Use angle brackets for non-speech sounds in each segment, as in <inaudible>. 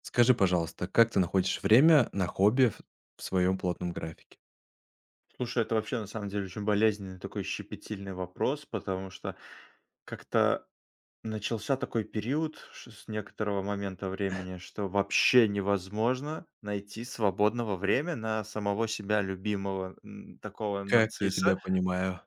Скажи, пожалуйста, как ты находишь время на хобби в своем плотном графике? Слушай, это вообще на самом деле очень болезненный такой щепетильный вопрос, потому что как-то начался такой период с некоторого момента времени, что вообще невозможно найти свободного времени на самого себя любимого, такого Как я тебя нарцисса, понимаю.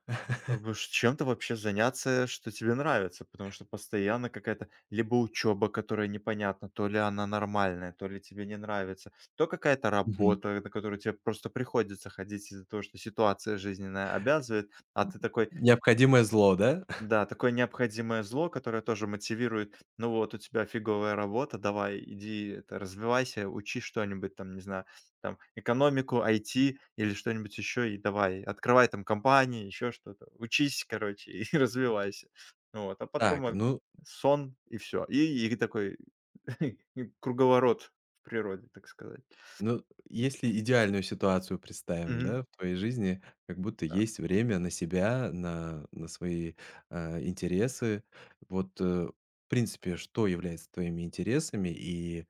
как <laughs> бы ж чем-то вообще заняться, что тебе нравится, потому что постоянно какая-то либо учеба, которая непонятна, то ли она нормальная, то ли тебе не нравится, то какая-то Мгм. работа, на которую тебе просто приходится ходить из-за того, что ситуация жизненная обязывает, а ты такой: Необходимое зло, да? <laughs> да, такое необходимое зло, которое тоже мотивирует: "Ну вот, у тебя фиговая работа, давай, иди это развивайся, учи что-нибудь там, не знаю, там экономику, IT или что-нибудь еще, и давай, открывай там компании, еще что-то. Учись, короче, <laughs> и развивайся". Вот, а потом Так, он сон и все, и такой <laughs> круговорот в природе, так сказать. ну, если идеальную ситуацию представим, Мгм. да, в твоей жизни, как будто Да. есть время на себя, на свои, интересы. Вот, в принципе, что является твоими интересами и,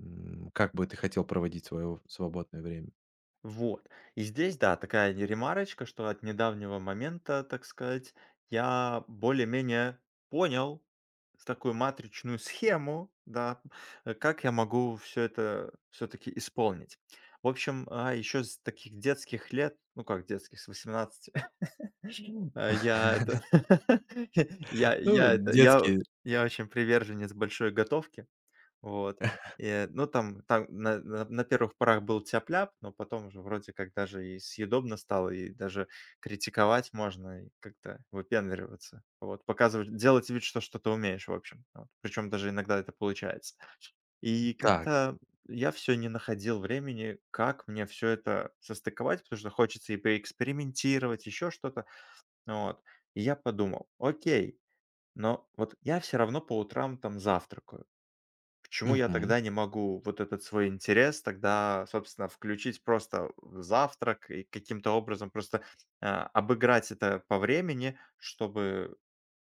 как бы ты хотел проводить свое свободное время? Вот. И здесь, да, такая не ремарочка, что от недавнего момента, так сказать, я более-менее понял с такую матричную схему, да, как я могу все это все-таки исполнить. В общем, еще с таких детских лет, ну как детских, с 18, <laughs> а, я <laughs> это, <laughs> я, Ну, я это, я, детские. я очень приверженец большой готовки, вот. Ну, там на первых порах был тяп-ляп, но потом уже вроде как даже и съедобно стало, и даже критиковать можно, и как-то выпендриваться. Вот, показывать, делать вид, что что-то умеешь, в общем. Вот. Причем даже иногда это получается. И Так. как-то я все не находил времени, как мне все это состыковать, потому что хочется и поэкспериментировать, еще что-то. Вот. И я подумал: "Окей, но вот я все равно по утрам там завтракаю". Почему я тогда не могу вот этот свой интерес тогда, собственно, включить просто в завтрак и каким-то образом просто, обыграть это по времени, чтобы,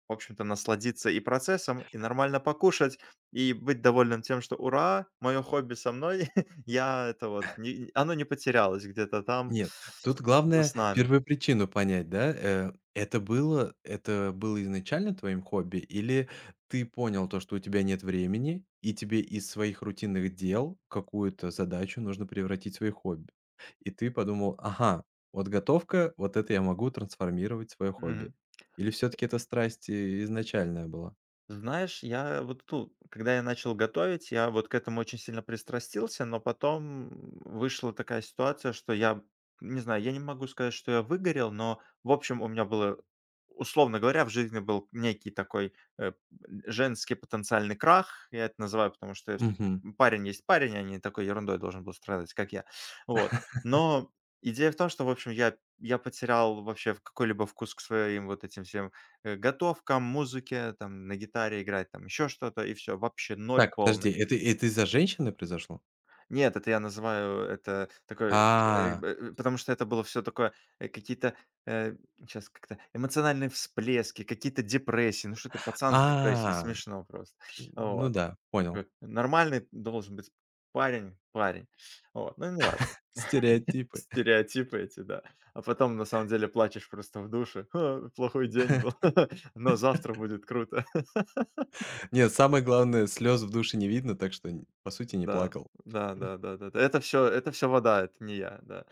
в общем-то, насладиться и процессом, и нормально покушать, и быть довольным тем, что "ура, мое хобби со мной", <laughs> я это вот не оно не потерялось где-то там Нет, тут за главное снами. первопричину понять, да? Это было, это было изначально твоим хобби или ты понял то, что у тебя нет времени, и тебе из своих рутинных дел какую-то задачу нужно превратить в свое хобби? И ты подумал: "Ага, вот готовка, вот это я могу трансформировать в свое хобби". Или все таки это страсть, изначальная была? Знаешь, я вот тут, когда я начал готовить, я вот к этому очень сильно пристрастился, но потом вышла такая ситуация, что я, не знаю, я не могу сказать, что я выгорел, но, в общем, у меня было, условно говоря, в жизни был некий такой э, женский потенциальный крах, я это называю, потому что я Мгм. всё-таки парень есть парень, а не такой ерундой должен был страдать, как я. Вот. Но идея в том, что, в общем, я потерял вообще какой-либо вкус к своим вот этим всем. Готовка, музыке, там, на гитаре играть, там еще что-то, и все. Вообще ноль Так, полный. подожди, это из-за женщины произошло? Нет, это я называю это такой, А, потому что это было все такое, какие-то, сейчас как-то эмоциональные всплески, какие-то депрессии. Ну что ты, пацан с депрессией, а, смешно просто. ну Вот. да, понял. Г нормальный должен быть парень. Вот, ну не важно Стереотипы. стереотипы эти, да. А потом на самом деле плачешь просто в душе: <laughs> "А, плохой день был, <laughs> но завтра будет круто". Нет, самое главное, слез в душе не видно, так что, н по сути, не Да, плакал. да, <laughs> да, да, да, да. Это все вода, это не я, да.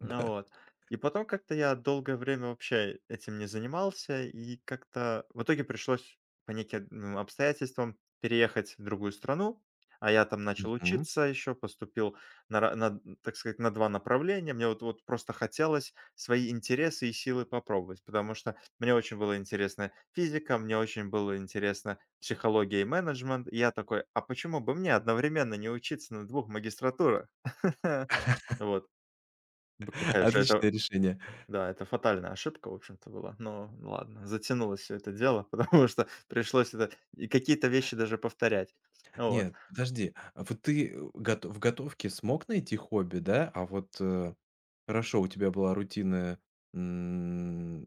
Ну Да. вот. И потом как-то я долгое время вообще этим не занимался, и как-то в итоге пришлось по неким, ну, обстоятельствам переехать в другую страну. А я там начал Мгм. учиться еще, поступил на, на, так сказать, на два направления. Мне вот, вот просто хотелось свои интересы и силы попробовать, потому что мне очень было интересно физика, мне очень было интересно психология и менеджмент. И я такой, а почему бы мне одновременно не учиться на двух магистратурах? <laughs> Вот. Какая же это, Отличное решение. да, это фатальная ошибка, в общем-то, была. Но ну ладно, затянулось все это дело, <laughs> потому что пришлось это и какие-то вещи даже повторять. Вот. Нет, подожди, а вот ты, э, гот в готовке смог найти хобби, да? А вот, хорошо, у тебя была рутина, м,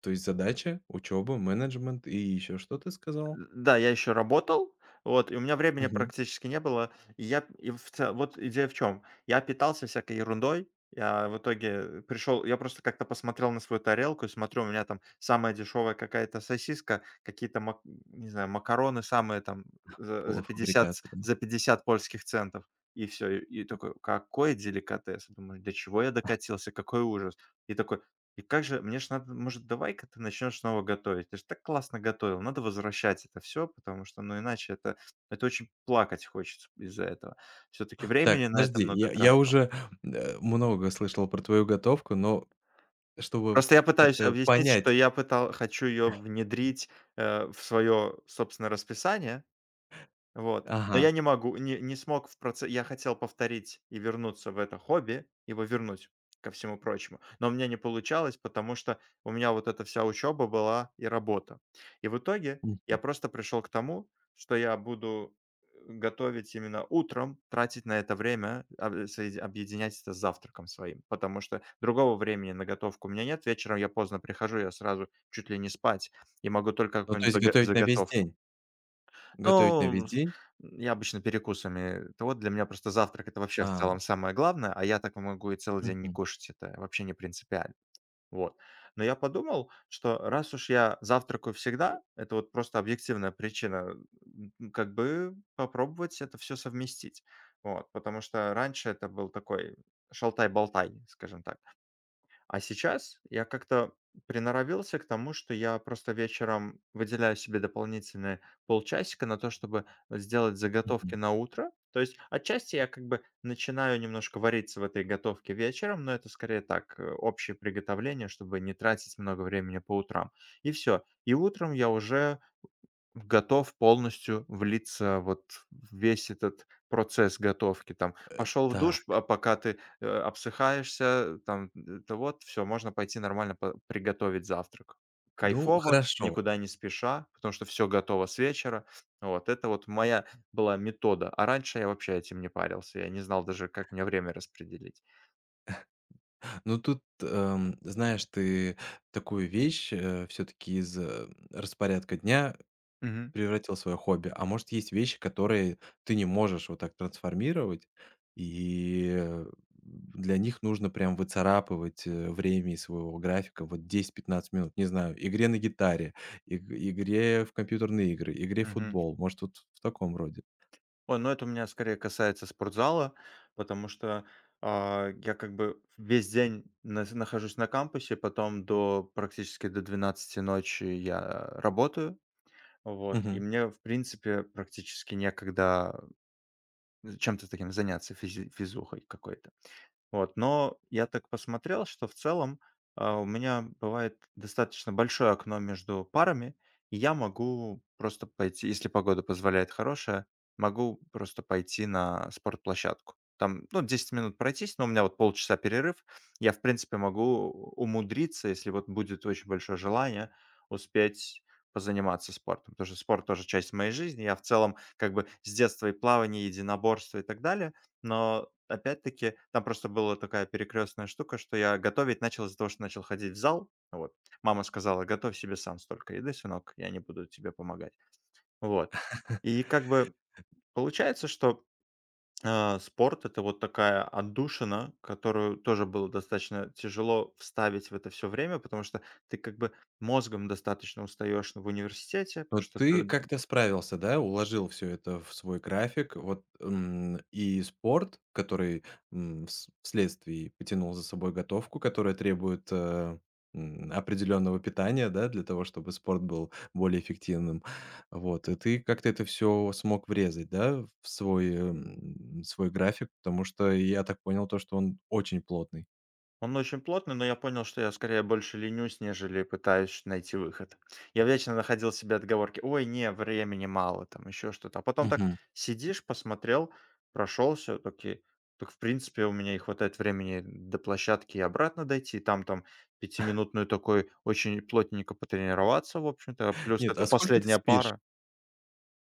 то есть задача, учеба, менеджмент и еще что ты сказал? Да, я еще работал, вот, и у меня времени Мгм. практически не было. И я и в ц вот идея в чем? Я питался всякой ерундой. Я в итоге пришел, я просто как-то посмотрел на свою тарелку и смотрю, у меня там самая дешевая какая-то сосиска, какие-то мак не знаю, макароны самые там за за 50 ц Полуфабрикаты, да. за 50 польских центов. И всё. И такой: "Какой деликатес!" Думаю: "До чего я докатился? Какой ужас!" И такой: и как же, мне ж надо, может, давай-ка ты начнешь снова готовить. Ты же так классно готовил, надо возвращать это все, потому что, ну, иначе это очень плакать хочется из-за этого. Все-таки Так, времени на это подожди, много я тратил. уже, много слышал про твою готовку, но чтобы Просто я пытаюсь как-то объяснить, что понять. Хочу ее внедрить в свое собственное расписание. Вот. Но Ага. я не могу, не смог в проце Я хотел повторить и вернуться в это хобби, его вернуть ко всему прочему. Но у меня не получалось, потому что у меня вот эта вся учеба была и работа. И в итоге я просто пришел к тому, что я буду готовить именно утром, тратить на это время, объединять это с завтраком своим, потому что другого времени на готовку у меня нет. Вечером я поздно прихожу, я сразу чуть ли не спать и могу только Ну, то какую-нибудь есть готовить на весь заготовку. день? Готовить на весь Ну, с день? я обычно перекусами. То вот для меня просто завтрак — это вообще в А, целом самое главное, а я так могу и целый день не мгм, кушать, это вообще не принципиально. Вот. Но я подумал, что раз уж я завтракаю всегда, это вот просто объективная причина, как бы попробовать это все совместить. Вот, потому что раньше это был такой шалтай-болтай, скажем так. А сейчас я как-то приноровился к тому, что я просто вечером выделяю себе дополнительные полчасика на то, чтобы сделать мгм. заготовки на утро. То есть отчасти я как бы начинаю немножко вариться в этой готовке вечером, но это скорее так, общее приготовление, чтобы не тратить много времени по утрам. И все. И утром я уже готов полностью влиться вот в весь этот процесс готовки. Там пошел в душ, Так, а пока ты, обсыхаешься, там, э, то вот все можно пойти нормально по приготовить завтрак. ну Кайфово, хорошо. никуда не спеша, потому что все готово с вечера. Вот это вот моя была метода, а раньше я вообще этим не парился, я не знал даже, как мне время распределить. Ну тут, знаешь, ты такую вещь, все таки из распорядка дня Мгм, превратил в свое хобби. А может, есть вещи, которые ты не можешь вот так трансформировать, и, для них нужно прям выцарапывать, время из своего графика, вот 10-15 минут, не знаю, игре на гитаре, иг игре в компьютерные игры, игре в мгм. футбол, может, вот в таком роде? Ой, ну это у меня скорее касается спортзала, потому что, я как бы весь день нас нахожусь на кампусе, потом до практически до 12 ночи я работаю. Вот, и Мгм. мне, в принципе, практически некогда, чем-то таким заняться, физи физухой какой-то. Вот, но я так посмотрел, что в целом, у меня бывает достаточно большое окно между парами, и я могу просто пойти, если погода позволяет хорошая, могу просто пойти на спортплощадку. Там, ну, 10 минут пройтись, но у меня вот полчаса перерыв. Я, в принципе, могу умудриться, если вот будет очень большое желание, успеть позаниматься спортом. Потому что спорт тоже часть моей жизни. Я в целом как бы с детства и плавание, и единоборство, и так далее. Но опять-таки, там просто была такая перекрестная штука, что я готовить начал из-за того, что начал ходить в зал. Вот. Мама сказала: "Готовь себе сам столько еды, сынок, я не буду тебе помогать". Вот. И как бы получается, что, спорт — это вот такая отдушина, которую тоже было достаточно тяжело вставить в это все время, потому что ты как бы мозгом достаточно устаешь в университете, Но потому что ты ты. как-то справился, да? Уложил все это в свой график. Вот, и спорт, который, м, вс вследствие потянул за собой готовку, которая требует, определенного питания, да, для того, чтобы спорт был более эффективным. Вот, и ты как-то это все смог врезать, да, в свой, свой график, потому что я так понял то, что он очень плотный. Он очень плотный, но я понял, что я скорее больше ленюсь, нежели пытаюсь найти выход. Я вечно находил себе отговорки: "Ой, не, времени мало", там еще что-то. А потом так Мгм. сидишь, посмотрел, прошелся, таки так, в принципе, у меня и хватает времени до площадки и обратно дойти, там 5-минутную такой очень плотненько потренироваться, в общем-то. Плюс Нет, это а сколько ты последняя спишь? пара.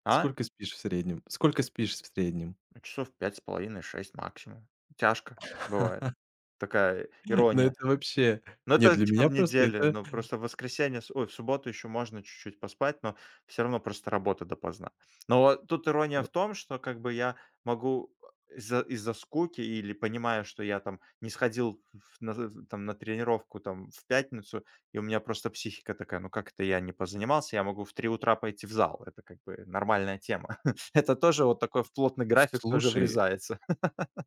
А? Сколько спишь в среднем? Сколько спишь в среднем? Ну, часов 5,5–6 максимум. Тяжко бывает. <laughs> Такая Ну, ирония. это вообще. Ну, Нет, это для типа меня в просто неделю, это, но просто в воскресенье, в субботу еще можно чуть-чуть поспать, но все равно просто работа допоздна. Но вот тут ирония э, в том, что как бы я могу из-за скуки или понимая, что я там не сходил в на з там на тренировку там в пятницу, и у меня просто психика такая: "Ну как это я не позанимался?" Я могу в 3 утра пойти в зал. Это как бы нормальная тема. <laughs> Это тоже вот такой в плотный график тоже слушай, врезается.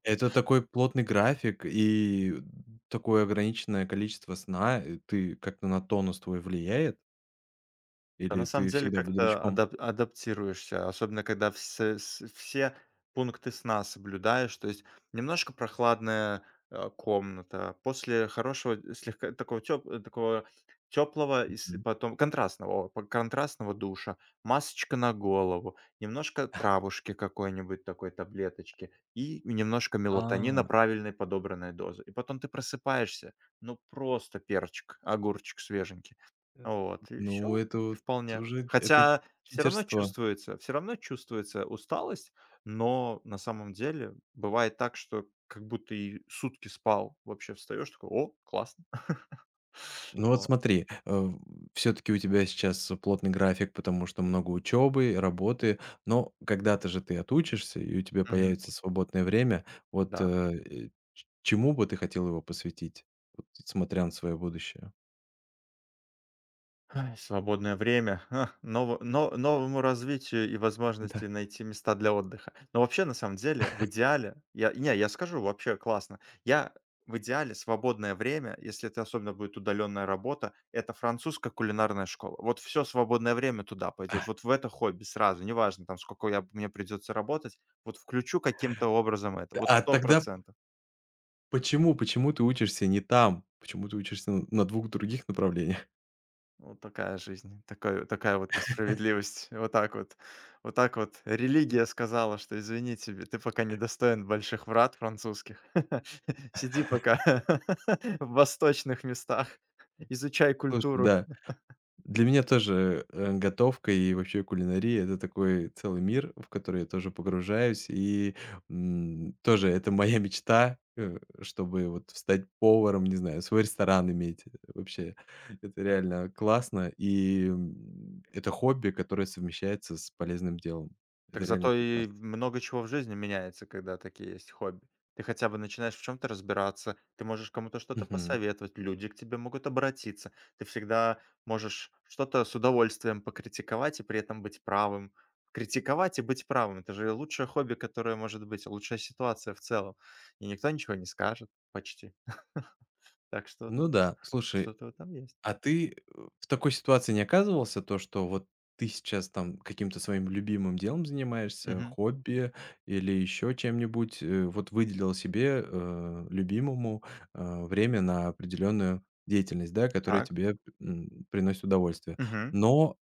это такой плотный график и такое ограниченное количество сна. И ты как-то на тонус твой влияет Да, или на самом ты деле всегда как-то бодрячком? Адаптируешься, особенно когда все пункты сна соблюдаешь. То есть немножко прохладная, комната, после хорошего, слегка такого такого тёплого и с Мгм. потом контрастного, о, по контрастного душа, масочка на голову, немножко травушки какой-нибудь такой, таблеточки и немножко мелатонина А, правильной подобранной дозы. И потом ты просыпаешься, ну, просто перчик, огурчик свеженький. э, Вот и ну, все. это вот Вполне. уже это Хотя все равно читерство. чувствуется, усталость, но на самом деле бывает так, что как будто и сутки спал. Вообще встаешь такой: "О, классно". <laughs> Ну вот Вот. смотри, все-таки у тебя сейчас плотный график, потому что много учебы, работы, но когда-то же ты отучишься, и у тебя Мгм. появится свободное время. Вот э, Да. Чему бы ты хотел его посвятить, вот, смотря на свое будущее? Ай, свободное время, новому развитию и Да. возможности найти места для отдыха. Но вообще, на самом деле, в идеале, я не, я скажу, вообще классно. Я в идеале свободное время, если это особенно будет удаленная работа, это французская кулинарная школа. Вот все свободное время туда пойдет, вот в это хобби сразу, неважно там, сколько я мне придется работать, вот включу каким-то образом это, вот А сто тогда процентов. почему? Почему ты учишься не там? Почему ты учишься на двух других направлениях? Вот такая жизнь, такая вот несправедливость. Вот так вот религия сказала, что: "Извини, тебе ты пока не достоин больших врат французских. <laughs> Сиди пока <laughs> в восточных местах, изучай <laughs> Слушай, культуру". да. Для меня тоже, готовка и вообще кулинария — это такой целый мир, в который я тоже погружаюсь. И, тоже это моя мечта, чтобы вот стать поваром, не знаю, свой ресторан иметь. Вообще, это реально классно. И, это хобби, которое совмещается с полезным делом. Так Это реально зато и прекрасно. много чего в жизни меняется, когда такие есть хобби. Ты хотя бы начинаешь в чем-то разбираться, ты можешь кому-то что-то Мгм. посоветовать, люди к тебе могут обратиться, ты всегда можешь что-то с удовольствием покритиковать и при этом быть правым. Критиковать и быть правым — это же лучшее хобби, которое может быть, лучшая ситуация в целом. И никто ничего не скажет почти. <laughs> Так что Ну тут да, слушай. что-то в этом есть. А ты, в такой ситуации не оказывался, то что вот ты сейчас там каким-то своим любимым делом занимаешься, Мгм. хобби или еще чем-нибудь, вот выделил себе, любимому, время на определенную деятельность, да, которая Так. тебе, приносит удовольствие. Мгм. Но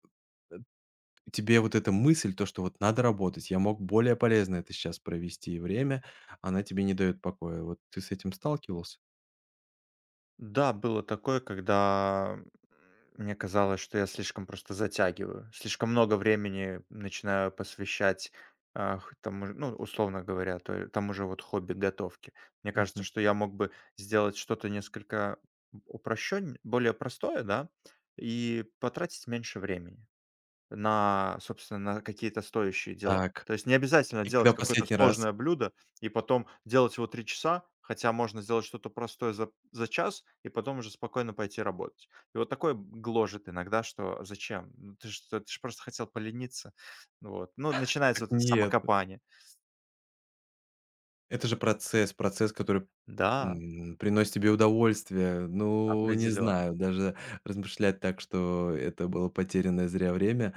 тебе вот эта мысль, то, что вот надо работать, я мог более полезно это сейчас провести время, она тебе не дает покоя. Вот ты с этим сталкивался? Да, было такое, когда, мне казалось, что я слишком просто затягиваю, слишком много времени начинаю посвящать, а, х тому же, ну, условно говоря, то тому же вот хобби готовки. Мне кажется, Мгм. что я мог бы сделать что-то несколько упрощен более простое, да, и потратить меньше времени. На, собственно, на какие-то стоящие дела. Так, То есть не обязательно и когда делать какое-то последний раз? сложное блюдо и потом делать его 3 часа, хотя можно сделать что-то простое за час и потом уже спокойно пойти работать. И вот такое гложет иногда, что зачем? Ну ты ж просто хотел полениться. Вот. Ну, начинается Так вот это нет. самокопание. Это же процесс, процесс, который, Да, приносит тебе удовольствие. Ну, не определенно. знаю, даже размышлять так, что это было потерянное зря время.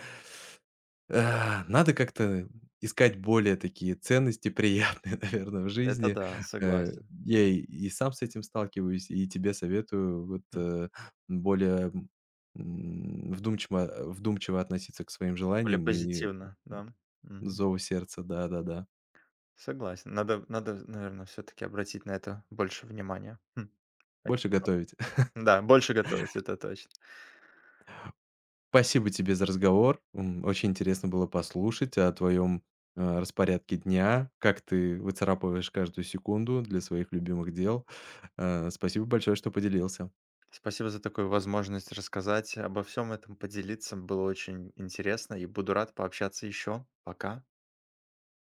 А, надо как-то искать более такие ценности приятные, <laughs> наверное, в Это жизни. да, согласен. я сам с этим сталкиваюсь, и тебе советую вот, М. Более, вдумчиво относиться к своим Более желаниям и позитивно, да. Мгм. зову сердца. Да-да-да. Согласен. Надо, наверное, все таки обратить на это больше внимания. Хм. Больше готовить. Да, больше готовить, это точно. Спасибо тебе за разговор. Очень интересно было послушать о твоем распорядке дня, как ты выцарапываешь каждую секунду для своих любимых дел. Спасибо большое, что поделился. Спасибо за такую возможность рассказать обо всем этом, поделиться. Было очень интересно и буду рад пообщаться еще. Пока.